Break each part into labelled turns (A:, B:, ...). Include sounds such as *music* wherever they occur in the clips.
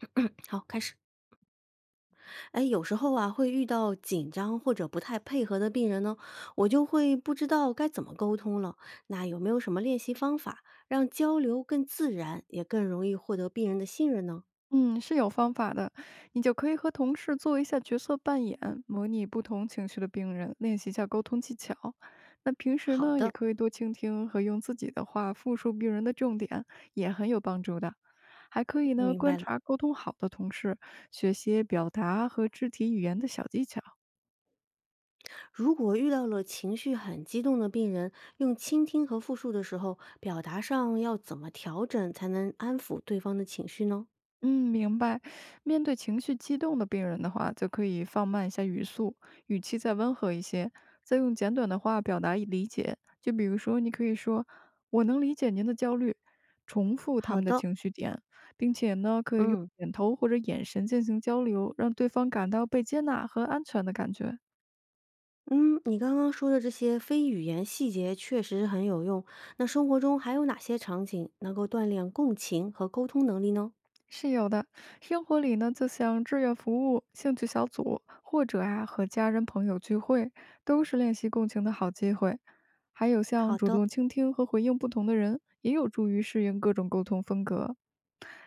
A: *clears throat* 嗯好，开始。哎，有时候啊，会遇到紧张或者不太配合的病人呢，我就会不知道该怎么沟通了。那有没有什么练习方法，让交流更自然，也更容易获得病人的信任呢？
B: 嗯，是有方法的。你就可以和同事做一下角色扮演，模拟不同情绪的病人，练习一下沟通技巧。那平时
A: 好
B: 呢，也
A: 的，
B: 可以多倾听和用自己的话复述病人的重点，也很有帮助的。还可以呢，
A: 明白
B: 观
A: 了。
B: 察沟通好的同事，学些表达和肢体语言的小技巧。
A: 如果遇到了情绪很激动的病人，用倾听和复述的时候，表达上要怎么调整才能安抚对方的情绪呢？
B: 嗯，明白。面对情绪激动的病人的话，就可以放慢一下语速，语气再温和一些，再用简短的话表达理解。就比如说，你可以说“我能理解您的焦虑”，重复他
A: 好
B: 们的
A: 的，
B: 情绪点，并且呢，可以用
A: 嗯。
B: 点头或者眼神进行交流，让对方感到被接纳和安全的感觉。
A: 嗯，你刚刚说的这些非语言细节确实很有用。那生活中还有哪些场景能够锻炼共情和沟通能力呢？
B: 是有的，生活里呢，就像志愿服务、兴趣小组，或者啊和家人朋友聚会，都是练习共情的好机会。还有像主动倾听和回应不同的人，也有助于适应各种沟通风格。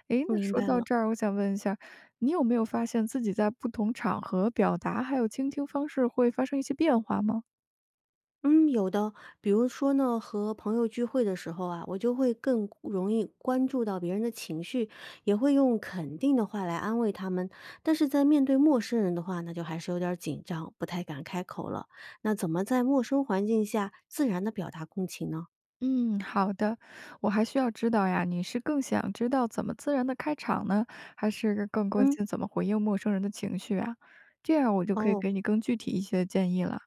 B: 诶，那
A: 明
B: 说
A: 白
B: 到
A: 了，
B: 这儿，我想问一下，你有没有发现自己在不同场合表达还有倾听方式会发生一些变化吗？
A: 嗯，有的，比如说呢，和朋友聚会的时候啊，我就会更容易关注到别人的情绪，也会用肯定的话来安慰他们。但是在面对陌生人的话，那就还是有点儿紧张，不太敢开口了。那怎么在陌生环境下自然的表达共情呢？
B: 嗯，好的。我还需要知道呀，你是更想知道怎么自然的开场呢，还是更关
A: 嗯，
B: 心怎么回应陌生人的情绪啊？这样我就可以
A: 哦。
B: 给你更具体一些建议了。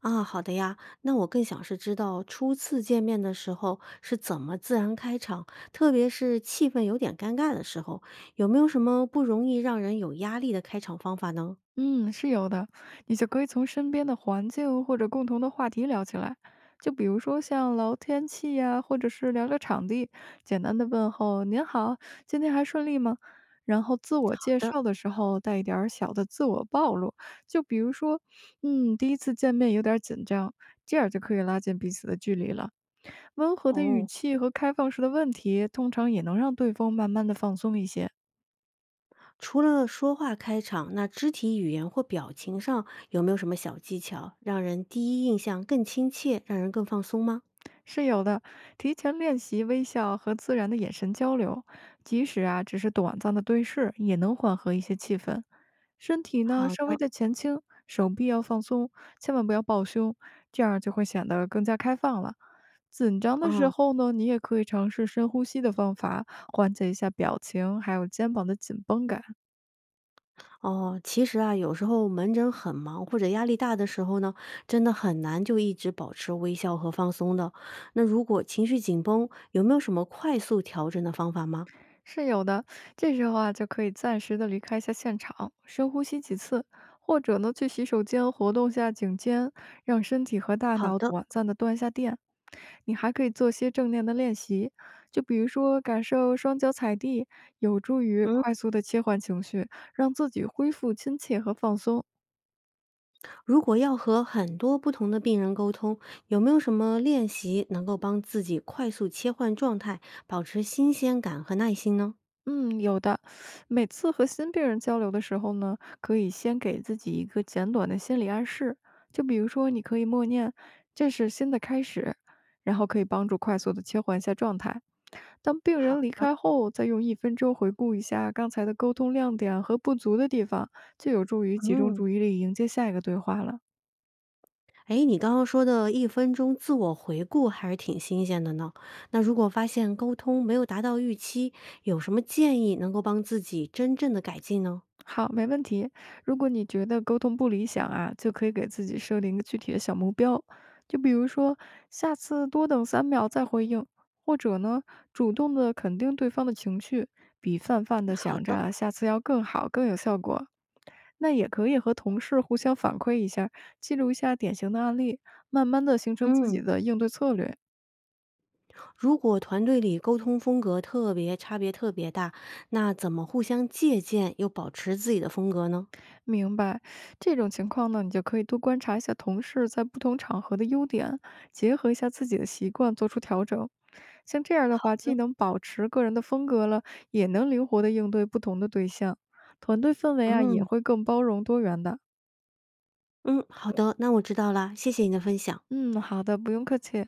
A: 啊，好的呀。那我更想是知道初次见面的时候是怎么自然开场，特别是气氛有点尴尬的时候，有没有什么不容易让人有压力的开场方法呢？
B: 嗯，是有的，你就可以从身边的环境或者共同的话题聊起来，就比如说像聊天气呀，或者是聊聊场地，简单的问候“您好，今天还顺利吗？”然后自我
A: 好
B: 介
A: 的，
B: 绍的时候带一点儿小的自我暴露，就比如说，嗯，第一次见面有点儿紧张，这样就可以拉近彼此的距离了。温和的语
A: 哦，
B: 气和开放式的问题，通常也能让对方慢慢的放松一些。
A: 除了说话开场，那肢体语言或表情上有没有什么小技巧，让人第一印象更亲切，让人更放松吗？
B: 是有的，提前练习微笑和自然的眼神交流，即使啊只是短暂的对视，也能缓和一些气氛。身体呢
A: 好
B: 稍微
A: 的，
B: 的前倾，手臂要放松，千万不要抱胸，这样就会显得更加开放了。紧张的时
A: 嗯。
B: 候呢，你也可以尝试深呼吸的方法，缓解一下表情，还有肩膀的紧绷感。
A: 哦，其实啊，有时候门诊很忙或者压力大的时候呢，真的很难就一直保持微笑和放松的。那如果情绪紧绷，有没有什么快速调整的方法吗？
B: 是有的，这时候啊，就可以暂时的离开一下现场，深呼吸几次，或者呢，去洗手间活动下颈肩，让身体和大
A: 好
B: 脑
A: 的，
B: 短暂的断一下电。你还可以做些正念的练习，就比如说感受双脚踩地，有助于
A: 嗯，
B: 快速的切换情绪，让自己恢复亲切和放松。
A: 如果要和很多不同的病人沟通，有没有什么练习能够帮自己快速切换状态，保持新鲜感和耐心呢？
B: 嗯，有的。每次和新病人交流的时候呢，可以先给自己一个简短的心理暗示，就比如说，你可以默念“这是新的开始”，然后可以帮助快速的切换一下状态。当病
A: 好
B: 人离
A: 的，
B: 开后，再用1分钟回顾一下刚才的沟通亮点和不足的地方，就有助于集中
A: 嗯。
B: 注意力迎接下一个对话了。
A: 诶，你刚刚说的1分钟自我回顾还是挺新鲜的呢。那如果发现沟通没有达到预期，有什么建议能够帮自己真正的改进呢？
B: 好，没问题。如果你觉得沟通不理想啊，就可以给自己设定一个具体的小目标，就比如说下次多等3秒再回应，或者呢，主动的肯定对方的情绪，比泛泛的
A: 好
B: 想
A: 的，
B: 着下次要更好更有效果。那也可以和同事互相反馈一下，记录一下典型的案例，慢慢的形成自己
A: 嗯，
B: 的应对策略。
A: 如果团队里沟通风格特别差别特别大，那怎么互相借鉴又保持自己的风格呢？
B: 明白，这种情况呢，你就可以多观察一下同事在不同场合的优点，结合一下自己的习惯做出调整。像这样的话，既能保持个人的风格了，也能灵活的应对不同的对象，团队氛围啊也
A: 嗯，
B: 会更包容多元的。
A: 嗯，好的，那我知道啦，谢谢你的分享。
B: 嗯，好的，不用客气。